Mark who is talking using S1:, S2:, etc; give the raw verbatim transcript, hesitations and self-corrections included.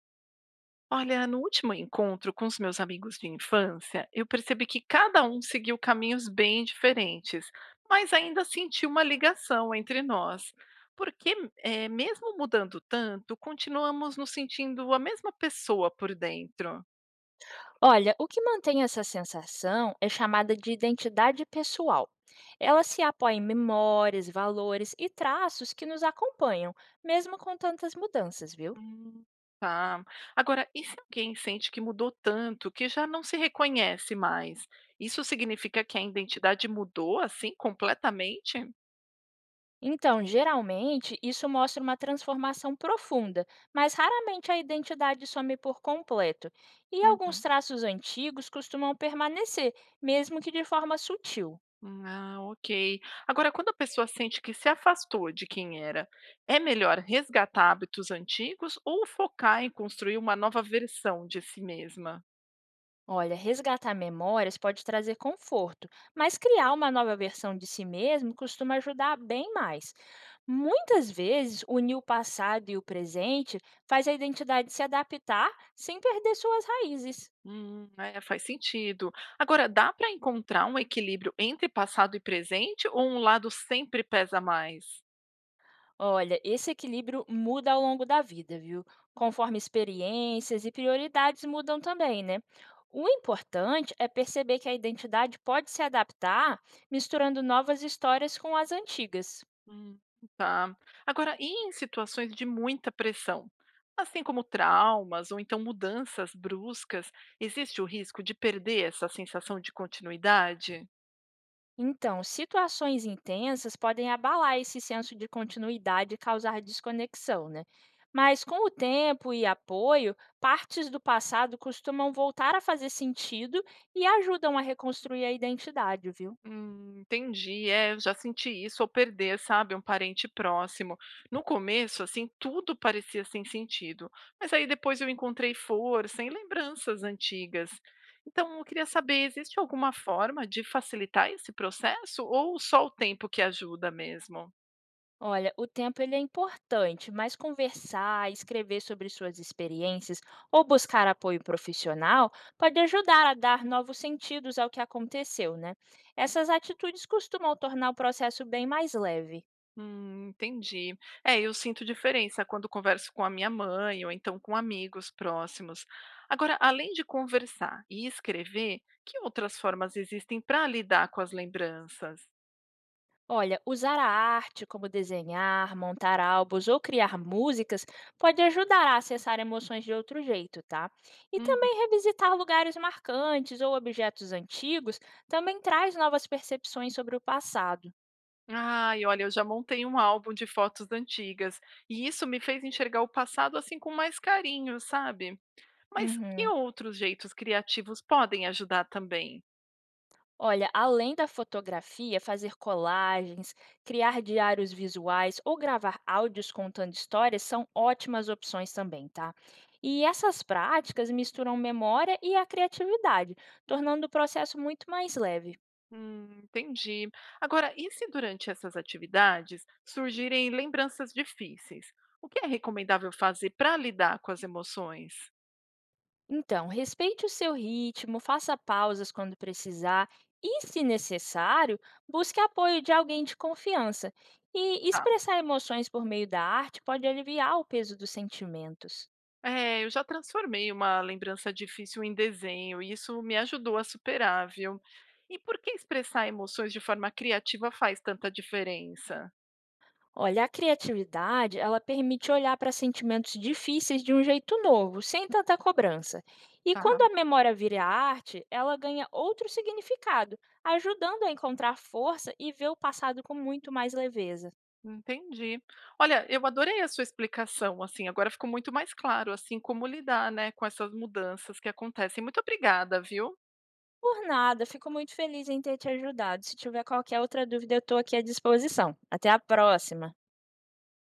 S1: Olha, no último encontro com os meus amigos de infância, eu percebi que cada um seguiu caminhos bem diferentes, mas ainda senti uma ligação entre nós. Porque, eh, mesmo mudando tanto, continuamos nos sentindo a mesma pessoa por dentro.
S2: Olha, o que mantém essa sensação é chamada de identidade pessoal. Ela se apoia em memórias, valores e traços que nos acompanham, mesmo com tantas mudanças, viu?
S1: Hum. Tá. Agora, e se alguém sente que mudou tanto que já não se reconhece mais? Isso significa que a identidade mudou assim completamente?
S2: Então, geralmente, isso mostra uma transformação profunda, mas raramente a identidade some por completo. E alguns
S1: Uhum.
S2: traços antigos costumam permanecer, mesmo que de forma sutil.
S1: Hum. Ah, ok. Agora, quando a pessoa sente que se afastou de quem era, é melhor resgatar hábitos antigos ou focar em construir uma nova versão de si mesma?
S2: Olha, resgatar memórias pode trazer conforto, mas criar uma nova versão de si mesmo costuma ajudar bem mais. Muitas vezes, unir o passado e o presente faz a identidade se adaptar sem perder suas raízes.
S1: Hum, é, faz sentido. Agora, dá para encontrar um equilíbrio entre passado e presente ou um lado sempre pesa mais?
S2: Olha, esse equilíbrio muda ao longo da vida, viu? Conforme experiências e prioridades mudam também, né? O importante é perceber que a identidade pode se adaptar misturando novas histórias com as antigas.
S1: Hum, tá. Agora, e em situações de muita pressão? Assim como traumas ou então mudanças bruscas, existe o risco de perder essa sensação de continuidade?
S2: Então, situações intensas podem abalar esse senso de continuidade e causar desconexão, né? Mas com o tempo e apoio, partes do passado costumam voltar a fazer sentido e ajudam a reconstruir a identidade, viu?
S1: Hum, entendi. É, eu já senti isso ao perder, sabe, um parente próximo. No começo, assim, tudo parecia sem sentido, mas aí depois eu encontrei força em lembranças antigas. Então, eu queria saber, existe alguma forma de facilitar esse processo ou só o tempo que ajuda mesmo?
S2: Olha, o tempo ele é importante, mas conversar, escrever sobre suas experiências ou buscar apoio profissional pode ajudar a dar novos sentidos ao que aconteceu, né? Essas atitudes costumam tornar o processo bem mais leve.
S1: Hum, entendi. É, eu sinto diferença quando converso com a minha mãe ou então com amigos próximos. Agora, além de conversar e escrever, que outras formas existem para lidar com as lembranças?
S2: Olha, usar a arte, como desenhar, montar álbuns ou criar músicas, pode ajudar a acessar emoções de outro jeito, tá? E
S1: Uhum.
S2: também revisitar lugares marcantes ou objetos antigos também traz novas percepções sobre o passado.
S1: Ai, olha, eu já montei um álbum de fotos antigas e isso me fez enxergar o passado assim com mais carinho, sabe? Mas que
S2: Uhum.
S1: outros jeitos criativos podem ajudar também?
S2: Olha, além da fotografia, fazer colagens, criar diários visuais ou gravar áudios contando histórias são ótimas opções também, tá? E essas práticas misturam memória e a criatividade, tornando o processo muito mais leve.
S1: Hum, entendi. Agora, e se durante essas atividades surgirem lembranças difíceis? O que é recomendável fazer para lidar com as emoções?
S2: Então, respeite o seu ritmo, faça pausas quando precisar e, se necessário, busque apoio de alguém de confiança. E
S1: Tá.
S2: expressar emoções por meio da arte pode aliviar o peso dos sentimentos.
S1: É, eu já transformei uma lembrança difícil em desenho e isso me ajudou a superar, viu? E por que expressar emoções de forma criativa faz tanta diferença?
S2: Olha, a criatividade, ela permite olhar para sentimentos difíceis de um jeito novo, sem tanta cobrança. E
S1: Tá,
S2: quando a memória vira arte, ela ganha outro significado, ajudando a encontrar força e ver o passado com muito mais leveza.
S1: entendi. Olha, eu adorei a sua explicação, assim, agora ficou muito mais claro, assim, como lidar, né, com essas mudanças que acontecem. Muito obrigada, viu?
S2: Por nada, fico muito feliz em ter te ajudado. Se tiver qualquer outra dúvida, eu estou aqui à disposição. Até a próxima!